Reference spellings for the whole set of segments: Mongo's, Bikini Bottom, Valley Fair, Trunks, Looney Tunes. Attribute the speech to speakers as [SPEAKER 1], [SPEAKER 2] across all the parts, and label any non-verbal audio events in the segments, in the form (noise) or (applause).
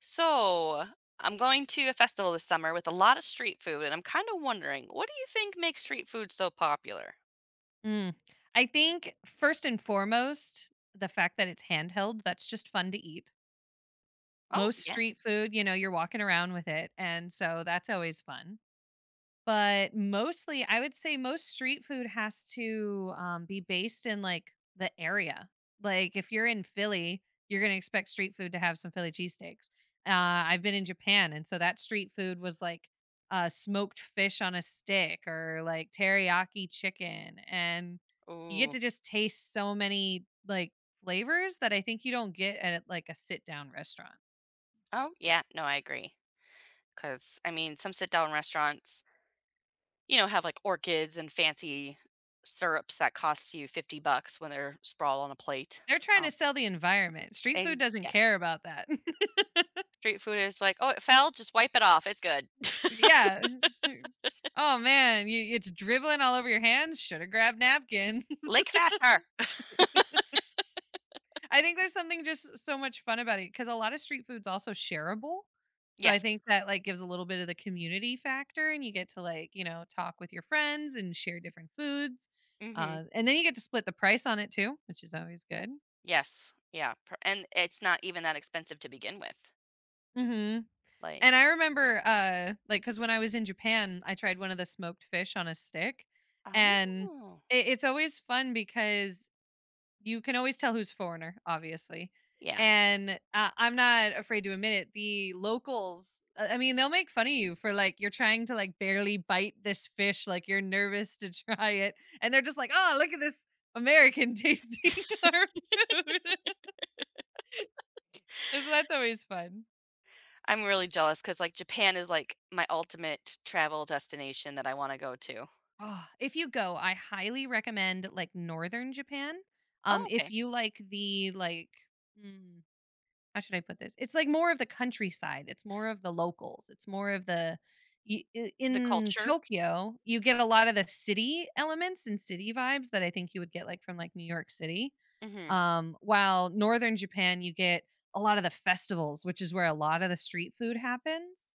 [SPEAKER 1] So, I'm going to a festival this summer with a lot of street food, and I'm kind of wondering, what do you think makes street food so popular?
[SPEAKER 2] Mm. I think first and foremost, the fact that it's handheld, that's just fun to eat.
[SPEAKER 1] Oh,
[SPEAKER 2] Most
[SPEAKER 1] yeah.
[SPEAKER 2] street food, you're walking around with it. And so that's always fun. But mostly, I would say most street food has to, be based in, like, the area. Like, if you're in Philly, you're gonna expect street food to have some Philly cheesesteaks. I've been in Japan, and so that street food was, like, smoked fish on a stick or, like, teriyaki chicken, and you get
[SPEAKER 1] Ooh.
[SPEAKER 2] to just taste so many, like, flavors that I think you don't get at like a sit down restaurant.
[SPEAKER 1] Oh, yeah. No, I agree. Because, I mean, some sit down restaurants, have like orchids and fancy syrups that cost you 50 bucks when they're sprawled on a plate.
[SPEAKER 2] They're trying to
[SPEAKER 1] Um,
[SPEAKER 2] sell the environment. Street food doesn't
[SPEAKER 1] yes.
[SPEAKER 2] care about that.
[SPEAKER 1] Street food is like, oh, it fell. Just wipe it off. It's good.
[SPEAKER 2] (laughs) Yeah. (laughs) Oh man, it's dribbling all over your hands. Should have grabbed napkins.
[SPEAKER 1] (laughs) Lick
[SPEAKER 2] (laughs)
[SPEAKER 1] faster.
[SPEAKER 2] I think there's something just so much fun about it because a lot of street food's also shareable. So I
[SPEAKER 1] Yes.
[SPEAKER 2] think that like gives a little bit of the community factor and you get to like, talk with your friends and share different foods.
[SPEAKER 1] Mm-hmm.
[SPEAKER 2] And then you get to split the price on it too, which is always good.
[SPEAKER 1] Yes. Yeah. And it's not even that expensive to begin with.
[SPEAKER 2] Hmm. And
[SPEAKER 1] Like,
[SPEAKER 2] I remember like because when I was in Japan, I tried one of the smoked fish on a stick, and
[SPEAKER 1] oh,
[SPEAKER 2] it's always fun because you can always tell who's foreigner, obviously.
[SPEAKER 1] yeah.
[SPEAKER 2] And I'm not afraid to admit it. The locals, I mean, they'll make fun of you for like you're trying to like barely bite this fish, like you're nervous to (laughs) try it, and they're just like, "Oh, look at this American tasting (laughs) our food." (laughs) So that's always fun.
[SPEAKER 1] I'm really jealous because like, Japan is, like, my ultimate travel destination that I wanna go to.
[SPEAKER 2] Ah, if you go, I highly recommend like northern Japan.
[SPEAKER 1] Oh,
[SPEAKER 2] If
[SPEAKER 1] okay.
[SPEAKER 2] you like the like How should I put this? It's like more of the countryside. It's more of the locals. It's more of the y- I-
[SPEAKER 1] The
[SPEAKER 2] In
[SPEAKER 1] culture?
[SPEAKER 2] Tokyo, you get a lot of the city elements and city vibes that I think you would get like from like New York City.
[SPEAKER 1] Mhm.
[SPEAKER 2] While northern Japan, you get a lot of the festivals, which is where a lot of the street food happens.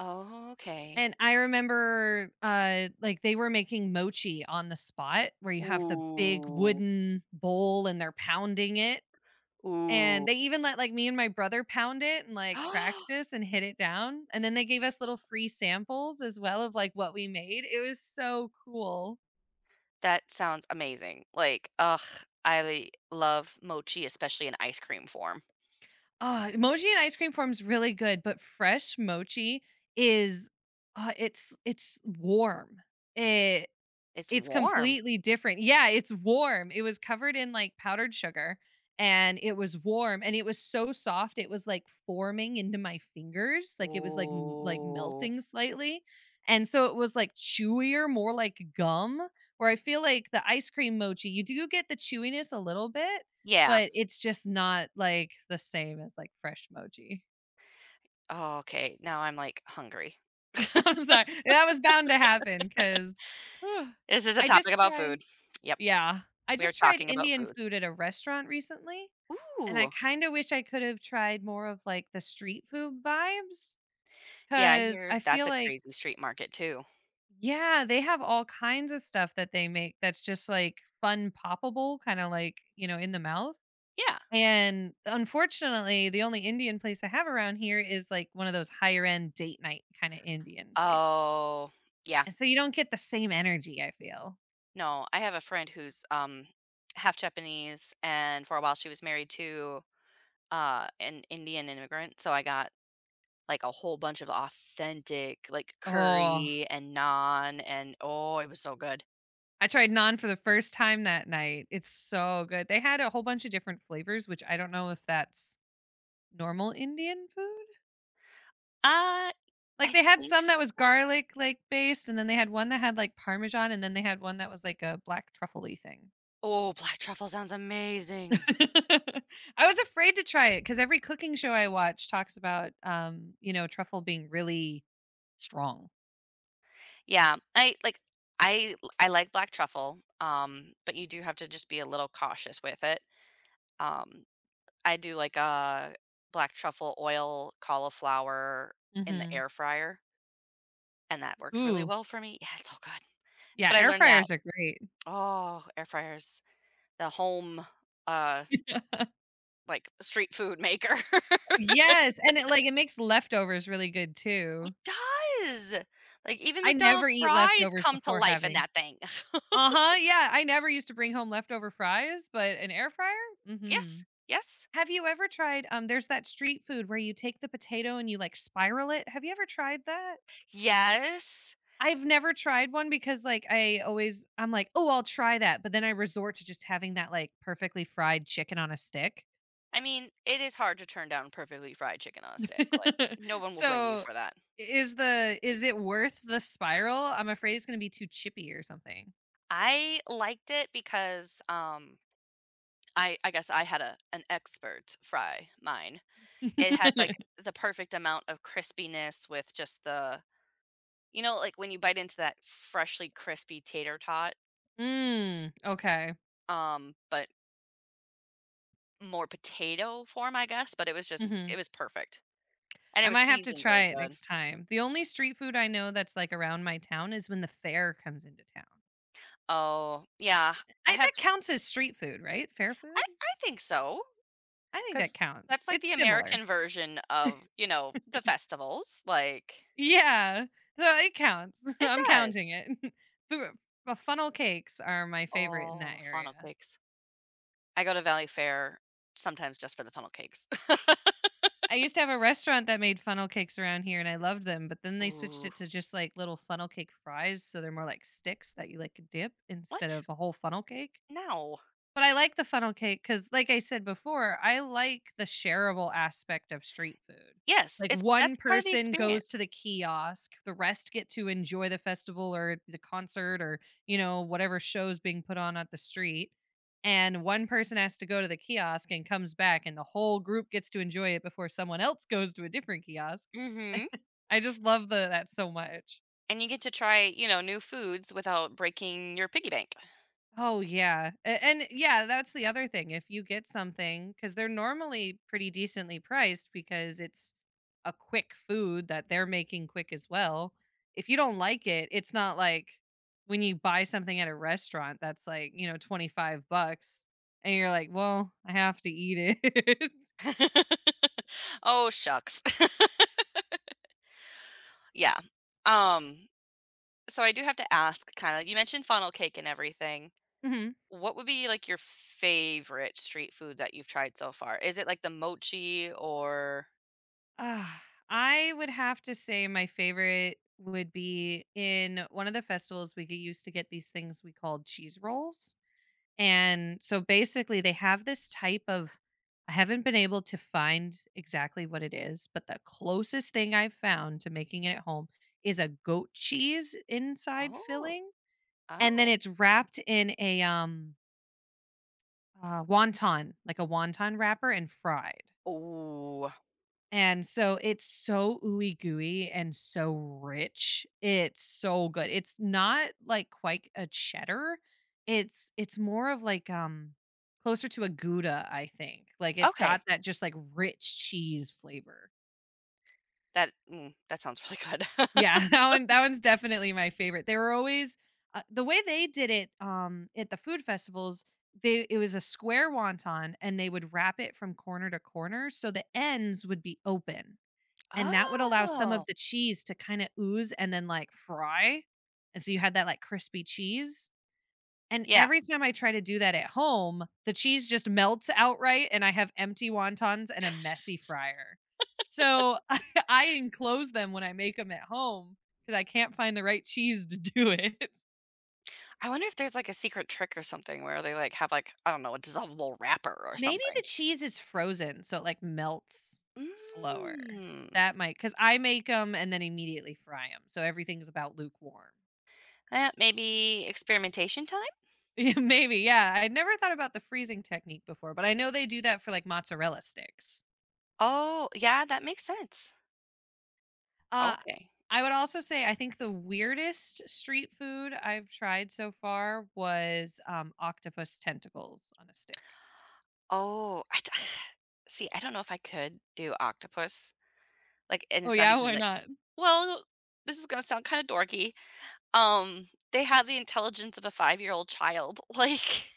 [SPEAKER 1] Okay.
[SPEAKER 2] And I remember like they were making mochi on the spot where you have the big
[SPEAKER 1] Ooh,
[SPEAKER 2] wooden bowl and they're pounding it, and
[SPEAKER 1] ooh.
[SPEAKER 2] they even let, like, me and my brother pound it and, like, practice
[SPEAKER 1] (gasps)
[SPEAKER 2] and hit it down, and then they gave us little free samples as well of, like, what we made. It was so cool.
[SPEAKER 1] That sounds amazing. Like, ugh, I love mochi, especially in ice cream form.
[SPEAKER 2] Ah, mochi and ice cream form's really good, but fresh mochi is, it's warm. It
[SPEAKER 1] It's
[SPEAKER 2] It's
[SPEAKER 1] warm.
[SPEAKER 2] completely different. Yeah, it's warm. It was covered in, like, powdered sugar, and it was warm, and it was so soft, it was, like, forming into my fingers, like, it was, like,
[SPEAKER 1] Ooh.
[SPEAKER 2] melting slightly, and so it was, like, chewier, more like gum, where I feel like the ice cream mochi, you do get the chewiness a little bit,
[SPEAKER 1] Yeah.
[SPEAKER 2] but it's just not, like, the same as, like, fresh mochi.
[SPEAKER 1] Oh, okay. Now I'm, like, hungry.
[SPEAKER 2] (laughs) I'm sorry. That was bound to happen because
[SPEAKER 1] This is
[SPEAKER 2] (sighs)
[SPEAKER 1] a
[SPEAKER 2] I
[SPEAKER 1] topic
[SPEAKER 2] just
[SPEAKER 1] about
[SPEAKER 2] tried
[SPEAKER 1] food. Yep.
[SPEAKER 2] Yeah. I
[SPEAKER 1] We are
[SPEAKER 2] just tried
[SPEAKER 1] talking about
[SPEAKER 2] Indian
[SPEAKER 1] food.
[SPEAKER 2] food at a restaurant recently, and I
[SPEAKER 1] Ooh.
[SPEAKER 2] kinda wish I could have tried more of, like, the street food vibes. Cause
[SPEAKER 1] Yeah, I hear
[SPEAKER 2] I feel
[SPEAKER 1] that's a
[SPEAKER 2] like
[SPEAKER 1] crazy street market too.
[SPEAKER 2] yeah, they have all kinds of stuff that they make that's just, like, fun poppable, kinda like, in the mouth,
[SPEAKER 1] Yeah.
[SPEAKER 2] and unfortunately, the only Indian place I have around here is, like, one of those higher end date night kinda Indian place,
[SPEAKER 1] Oh, yeah.
[SPEAKER 2] and so you don't get the same energy, I feel.
[SPEAKER 1] No, I have a friend who's, half Japanese, and for a while she was married to, an Indian immigrant, so I got, like, a whole bunch of authentic, like,
[SPEAKER 2] Oh.
[SPEAKER 1] curry and naan and oh, it was so good.
[SPEAKER 2] I tried naan for the first time that night. It's so good. They had a whole bunch of different flavors, which I don't know if that's normal Indian food.
[SPEAKER 1] Uh,
[SPEAKER 2] Like
[SPEAKER 1] I
[SPEAKER 2] they had
[SPEAKER 1] think
[SPEAKER 2] some
[SPEAKER 1] s
[SPEAKER 2] that was garlic like based, and then they had one that had like parmesan, and then they had one that was like a black truffle-y thing.
[SPEAKER 1] oh, black truffle sounds
[SPEAKER 2] (laughs)
[SPEAKER 1] amazing.
[SPEAKER 2] I was afraid to try it because every cooking show I watch talks about truffle being really strong.
[SPEAKER 1] Yeah, I like black truffle, but you do have to just be a little cautious with it, um I do like a black truffle oil cauliflower in the
[SPEAKER 2] Mhm.
[SPEAKER 1] air fryer, and that works really
[SPEAKER 2] Ooh.
[SPEAKER 1] well for me. Yeah, it's so good.
[SPEAKER 2] Yeah,
[SPEAKER 1] But I
[SPEAKER 2] air
[SPEAKER 1] learned that
[SPEAKER 2] fryers are great.
[SPEAKER 1] oh, air fryers, the home, uh,
[SPEAKER 2] (laughs)
[SPEAKER 1] like street food maker. (laughs)
[SPEAKER 2] Yes, and it like it makes leftovers really good
[SPEAKER 1] It
[SPEAKER 2] too.
[SPEAKER 1] does. Like even
[SPEAKER 2] I never
[SPEAKER 1] McDonald's
[SPEAKER 2] eat
[SPEAKER 1] fries
[SPEAKER 2] leftovers
[SPEAKER 1] come to
[SPEAKER 2] before
[SPEAKER 1] life in
[SPEAKER 2] having.
[SPEAKER 1] that thing. (laughs)
[SPEAKER 2] Uh-huh, yeah, I never used to bring home leftover fries, but an air fryer?
[SPEAKER 1] Yes.
[SPEAKER 2] Mhm.
[SPEAKER 1] Yes.
[SPEAKER 2] Have you ever tried, there's that street food where you take the potato and you, like, spiral it. Have you ever tried that?
[SPEAKER 1] Yes.
[SPEAKER 2] I've never tried one because, like, I'm like, "Oh, I'll try that," but then I resort to just having that, like, perfectly fried chicken on a stick.
[SPEAKER 1] I mean, it is hard to turn down perfectly fried chicken on a stick. Like
[SPEAKER 2] (laughs)
[SPEAKER 1] no one will blame you
[SPEAKER 2] So,
[SPEAKER 1] for that.
[SPEAKER 2] is it worth the spiral? I'm afraid it's gonna be too chippy or something.
[SPEAKER 1] I liked it because I guess I had a an expert fry mine. It had, like,
[SPEAKER 2] (laughs)
[SPEAKER 1] the perfect amount of crispiness with just the like, when you bite into that freshly crispy tater tot,
[SPEAKER 2] Mm, okay.
[SPEAKER 1] but more potato form, I guess, but it was just
[SPEAKER 2] Mhm.
[SPEAKER 1] it was perfect, and it
[SPEAKER 2] I
[SPEAKER 1] was
[SPEAKER 2] might have to
[SPEAKER 1] seasoned
[SPEAKER 2] try
[SPEAKER 1] really
[SPEAKER 2] it
[SPEAKER 1] good.
[SPEAKER 2] next time. The only street food I know that's, like, around my town is when the fair comes into town.
[SPEAKER 1] Oh, yeah, I
[SPEAKER 2] I
[SPEAKER 1] have
[SPEAKER 2] That
[SPEAKER 1] t
[SPEAKER 2] counts as street food, right? Fair
[SPEAKER 1] I
[SPEAKER 2] food?
[SPEAKER 1] I think so
[SPEAKER 2] I think that
[SPEAKER 1] because
[SPEAKER 2] counts.
[SPEAKER 1] that's, like,
[SPEAKER 2] It's
[SPEAKER 1] the
[SPEAKER 2] similar.
[SPEAKER 1] American version of, the festivals, like
[SPEAKER 2] Yeah. So it counts. (laughs)
[SPEAKER 1] it
[SPEAKER 2] I'm
[SPEAKER 1] does.
[SPEAKER 2] counting it. (laughs) Fu Funnel cakes are my favorite in that
[SPEAKER 1] Oh, funnel
[SPEAKER 2] area.
[SPEAKER 1] cakes. I go to Valley Fair sometimes just for the funnel cakes.
[SPEAKER 2] I used to have a restaurant that made funnel cakes around here, and I loved them, but then
[SPEAKER 1] (laughs)
[SPEAKER 2] they switched
[SPEAKER 1] Ooh,
[SPEAKER 2] it to just, like, little funnel cake fries, so they're more like sticks that you, like, dip instead
[SPEAKER 1] what?
[SPEAKER 2] of a whole funnel cake.
[SPEAKER 1] No.
[SPEAKER 2] But I like the funnel cake because, like I said before, I like the shareable aspect of street food.
[SPEAKER 1] Yes,
[SPEAKER 2] Like,
[SPEAKER 1] it's
[SPEAKER 2] one
[SPEAKER 1] that's part of the
[SPEAKER 2] person goes to
[SPEAKER 1] experience.
[SPEAKER 2] the kiosk, the rest get to enjoy the festival or the concert or, whatever show's being put on at the street, and one person has to go to the kiosk and comes back, and the whole group gets to enjoy it before someone else goes to a different kiosk.
[SPEAKER 1] Mm.
[SPEAKER 2] (laughs)
[SPEAKER 1] Mhm.
[SPEAKER 2] I just love the that so much.
[SPEAKER 1] And you get to try, new foods without breaking your piggy bank.
[SPEAKER 2] Oh yeah. And, yeah, that's the other thing. If you get something cuz they're normally pretty decently priced because it's a quick food that they're making quick as well. If you don't like it, it's not like when you buy something at a restaurant that's like, 25 bucks, and you're like, "Well, I have to eat it." (laughs)
[SPEAKER 1] (laughs) Oh, shucks. (laughs) Yeah. Um, so I do have to ask kinda you mentioned funnel cake and everything.
[SPEAKER 2] Mhm.
[SPEAKER 1] What would be, like, your favorite street food that you've tried so far? Is it, like, the mochi or
[SPEAKER 2] Ah, I would have to say my favorite would be in one of the festivals we used to get these things we called cheese rolls. And so basically, they have this type of I haven't been able to find exactly what it is, but the closest thing I've found to making it at home is a goat cheese inside
[SPEAKER 1] oh.
[SPEAKER 2] filling, and then
[SPEAKER 1] Oh.
[SPEAKER 2] it's wrapped in a, wonton, like a wonton wrapper, and fried.
[SPEAKER 1] Ooh.
[SPEAKER 2] And so it's so ooey gooey and so rich. It's so good. It's not like quite a cheddar. It's more of like closer to a Gouda, I think. Like it's
[SPEAKER 1] Okay.
[SPEAKER 2] got that just like rich cheese flavor.
[SPEAKER 1] That sounds really good.
[SPEAKER 2] Yeah, (laughs)
[SPEAKER 1] (laughs)
[SPEAKER 2] that one's definitely my favorite. They were always, the way they did it at the food festivals, they it was a square wonton, and they would wrap it from corner to corner so the ends would be open. And that would allow some of
[SPEAKER 1] Oh,
[SPEAKER 2] the cheese to kinda ooze and then, like, fry, and so you had that, like, crispy cheese, and
[SPEAKER 1] yeah.
[SPEAKER 2] every time I try to do that at home, the cheese just melts outright, and I have empty wontons and a messy fryer. So (laughs) I enclose them when I make them at home because I can't find the right cheese to do it. (laughs)
[SPEAKER 1] I wonder if there's, like, a secret trick or something where they, like, have, like, I don't know, a dissolvable wrapper or
[SPEAKER 2] Maybe the
[SPEAKER 1] something.
[SPEAKER 2] cheese is frozen, so it, like, melts slower.
[SPEAKER 1] Mm.
[SPEAKER 2] That might, because I make them and then immediately fry them, so everything's about lukewarm.
[SPEAKER 1] Eh, maybe experimentation time?
[SPEAKER 2] (laughs) Yeah, maybe, yeah. I never thought about the freezing technique before, but I know they do that for like mozzarella sticks.
[SPEAKER 1] Oh, yeah, that makes sense.
[SPEAKER 2] Uh
[SPEAKER 1] Okay.
[SPEAKER 2] I would also say I think the weirdest street food I've tried so far was octopus tentacles on a stick.
[SPEAKER 1] Oh, I d (sighs) see, I don't know if I could do octopus, like, and
[SPEAKER 2] Oh
[SPEAKER 1] it's not
[SPEAKER 2] yeah,
[SPEAKER 1] even,
[SPEAKER 2] why
[SPEAKER 1] like
[SPEAKER 2] not?
[SPEAKER 1] well, this is gonna sound kinda dorky. Um, they have the intelligence of a 5-year-old child, (laughs) like,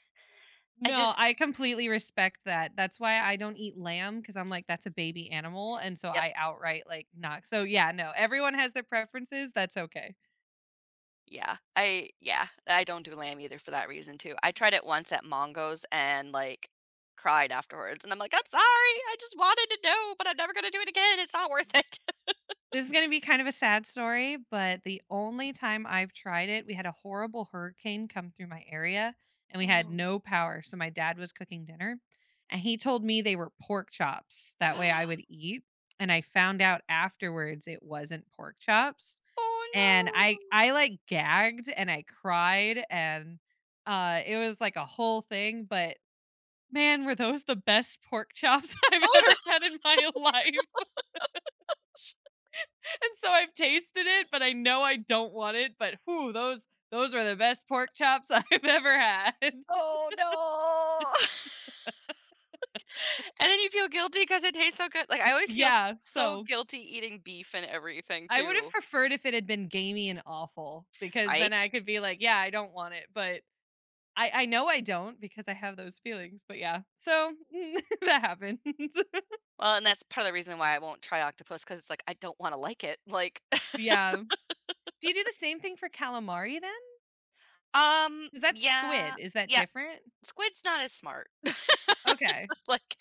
[SPEAKER 1] I
[SPEAKER 2] No,
[SPEAKER 1] just
[SPEAKER 2] I completely respect that. That's why I don't eat lamb because I'm like that's a baby animal and so I outright like not. So yeah, no. Everyone has their preferences. That's okay.
[SPEAKER 1] yeah, I don't do lamb either for that reason too. I tried it once at Mongo's and, like, cried afterwards, and I'm like, "I'm sorry, I just wanted to know, but I'm never gonna do it again, it's not worth it." (laughs)
[SPEAKER 2] This is going to be kind of a sad story, but the only time I've tried it, we had a horrible hurricane come through my area and we
[SPEAKER 1] Oh,
[SPEAKER 2] had
[SPEAKER 1] no.
[SPEAKER 2] no power. So my dad was cooking dinner and he told me they were pork chops. That way I would
[SPEAKER 1] (gasps)
[SPEAKER 2] eat. And I found out afterwards it wasn't pork chops.
[SPEAKER 1] Oh,
[SPEAKER 2] And I
[SPEAKER 1] no.
[SPEAKER 2] like gagged and I cried and it was like a whole thing, but man, were those the best pork chops (laughs) I've
[SPEAKER 1] Oh, no.
[SPEAKER 2] ever had in my life. (laughs) And so I've tasted it, but I know I don't want it, but whew, those are the best pork chops (laughs) I've ever had. (laughs)
[SPEAKER 1] (laughs) Oh, no. (laughs) And then you feel guilty because it tastes so good. Like, I always feel
[SPEAKER 2] Yeah,
[SPEAKER 1] so
[SPEAKER 2] so
[SPEAKER 1] guilty eating beef and everything
[SPEAKER 2] I would have
[SPEAKER 1] too,
[SPEAKER 2] preferred if it had been gamey and awful because then
[SPEAKER 1] right?
[SPEAKER 2] I could be like, "Yeah, I don't want it," but I know I don't because I have those feelings, but yeah. So, (laughs) that happens. (laughs)
[SPEAKER 1] Well, and that's part of the reason why I won't try octopus because it's like, I don't wanna like it, like
[SPEAKER 2] Yeah. Do you do the same thing for calamari? Then is that
[SPEAKER 1] Yeah,
[SPEAKER 2] squid. Is that
[SPEAKER 1] yeah,
[SPEAKER 2] different?
[SPEAKER 1] s squid's not as smart. (laughs)
[SPEAKER 2] Okay.
[SPEAKER 1] Like,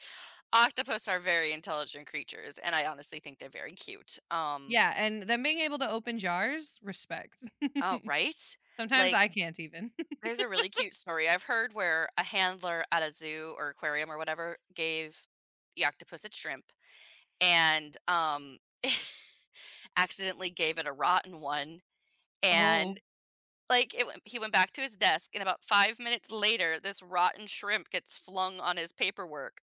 [SPEAKER 1] octopus are very intelligent creatures, and I honestly think they're very cute. Um
[SPEAKER 2] Yeah, and then being able to open jars, respect.
[SPEAKER 1] oh, right?
[SPEAKER 2] (laughs) Sometimes
[SPEAKER 1] Like,
[SPEAKER 2] I can't even. (laughs)
[SPEAKER 1] there's a really cute story I've heard where a handler at a zoo or aquarium or whatever gave the octopus a shrimp and, (laughs) accidentally gave it a rotten one,
[SPEAKER 2] Oh.
[SPEAKER 1] and, like, it went he went back to his desk, and about 5 minutes later, this rotten shrimp gets flung on his paperwork.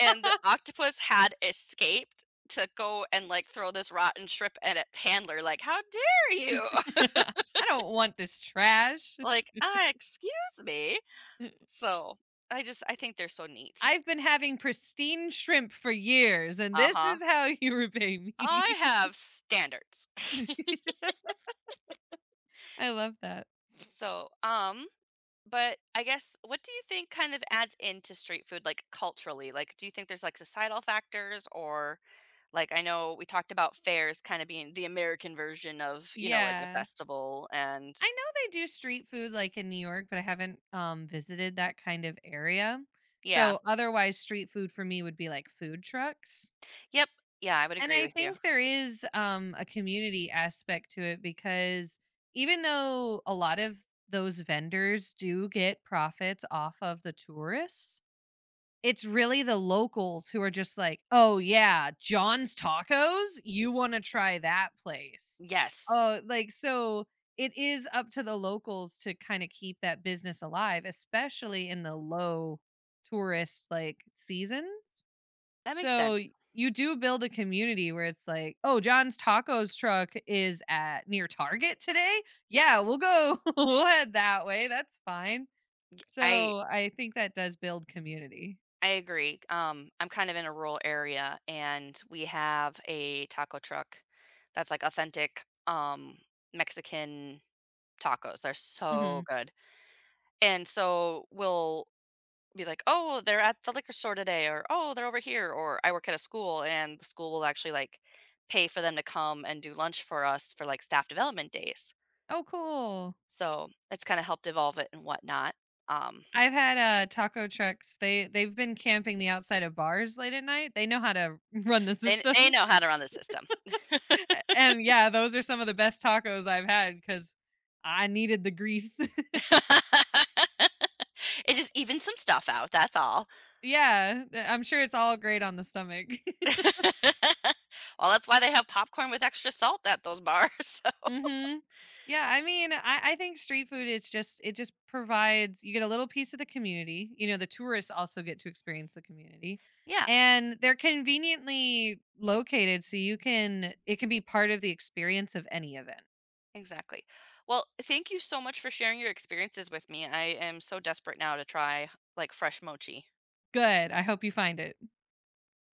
[SPEAKER 1] And the octopus had escaped to go and, like, throw this rotten shrimp at its handler, like, "How dare you!"
[SPEAKER 2] (laughs)
[SPEAKER 1] (laughs)
[SPEAKER 2] I don't want this trash.
[SPEAKER 1] Like, ah, excuse me?"
[SPEAKER 2] (laughs)
[SPEAKER 1] So, I think they're so neat.
[SPEAKER 2] I've been having pristine shrimp for years, and this
[SPEAKER 1] Uh-huh.
[SPEAKER 2] is how (laughs) you repay
[SPEAKER 1] I
[SPEAKER 2] me.
[SPEAKER 1] have standards. (laughs)
[SPEAKER 2] (laughs) I love that.
[SPEAKER 1] So, but I guess what do you think kind of adds into street food, like, culturally? Like, do you think there's, like, societal factors or, like, I know we talked about fairs kinda being the American version of, like, a
[SPEAKER 2] Yeah.
[SPEAKER 1] festival and
[SPEAKER 2] I know they do street food like in New York, but I haven't visited that kind of area.
[SPEAKER 1] yeah.
[SPEAKER 2] So otherwise street food for me would be like food trucks.
[SPEAKER 1] Yep. Yeah, I would
[SPEAKER 2] And
[SPEAKER 1] agree
[SPEAKER 2] I
[SPEAKER 1] with you.
[SPEAKER 2] think there is a community aspect to it because even though a lot of those vendors do get profits off of the tourists, it's really the locals who are just like, "Oh yeah, John's Tacos? You want to try that place."
[SPEAKER 1] Yes.
[SPEAKER 2] Oh, like so it is up to the locals to kind of keep that business alive, especially in the low tourist like seasons.
[SPEAKER 1] That makes
[SPEAKER 2] So
[SPEAKER 1] sense.
[SPEAKER 2] you do build a community where it's like, oh, John's tacos truck is at near Target today. Yeah, we'll go (laughs) we'll head that way. That's fine.
[SPEAKER 1] I
[SPEAKER 2] So I think that does build community.
[SPEAKER 1] I agree. I'm kind of in a rural area and we have a taco truck that's like authentic Mexican tacos. They're so
[SPEAKER 2] Mhm.
[SPEAKER 1] good. And so we'll be like, "Oh, they're at the liquor store today," or "Oh, they're over here," or I work at a school and the school will actually like pay for them to come and do lunch for us for like staff development days.
[SPEAKER 2] Oh, cool.
[SPEAKER 1] So, it's kind of helped evolve it and whatnot. Um,
[SPEAKER 2] I've had taco trucks. They've been camping the outside of bars late at night. They know how to (laughs) run the
[SPEAKER 1] They
[SPEAKER 2] system.
[SPEAKER 1] they
[SPEAKER 2] (laughs)
[SPEAKER 1] know how to run the system.
[SPEAKER 2] And yeah, those are some of the best tacos I've had cuz I needed the grease.
[SPEAKER 1] (laughs) It just evens some stuff out, that's all.
[SPEAKER 2] (laughs) Yeah, I'm sure it's all great on the stomach. (laughs)
[SPEAKER 1] (laughs) Well, that's why they have popcorn with extra salt at those bars. (laughs) So,
[SPEAKER 2] Mhm. Yeah, I mean, I think street food is just it just provides you get a little piece of the community. The tourists also get to experience the community.
[SPEAKER 1] yeah,
[SPEAKER 2] And they're conveniently located so you can it can be part of the experience of any event.
[SPEAKER 1] exactly. Well, thank you so much for sharing your experiences with me. I am so desperate now to try, like, fresh mochi.
[SPEAKER 2] Good. I hope you find it.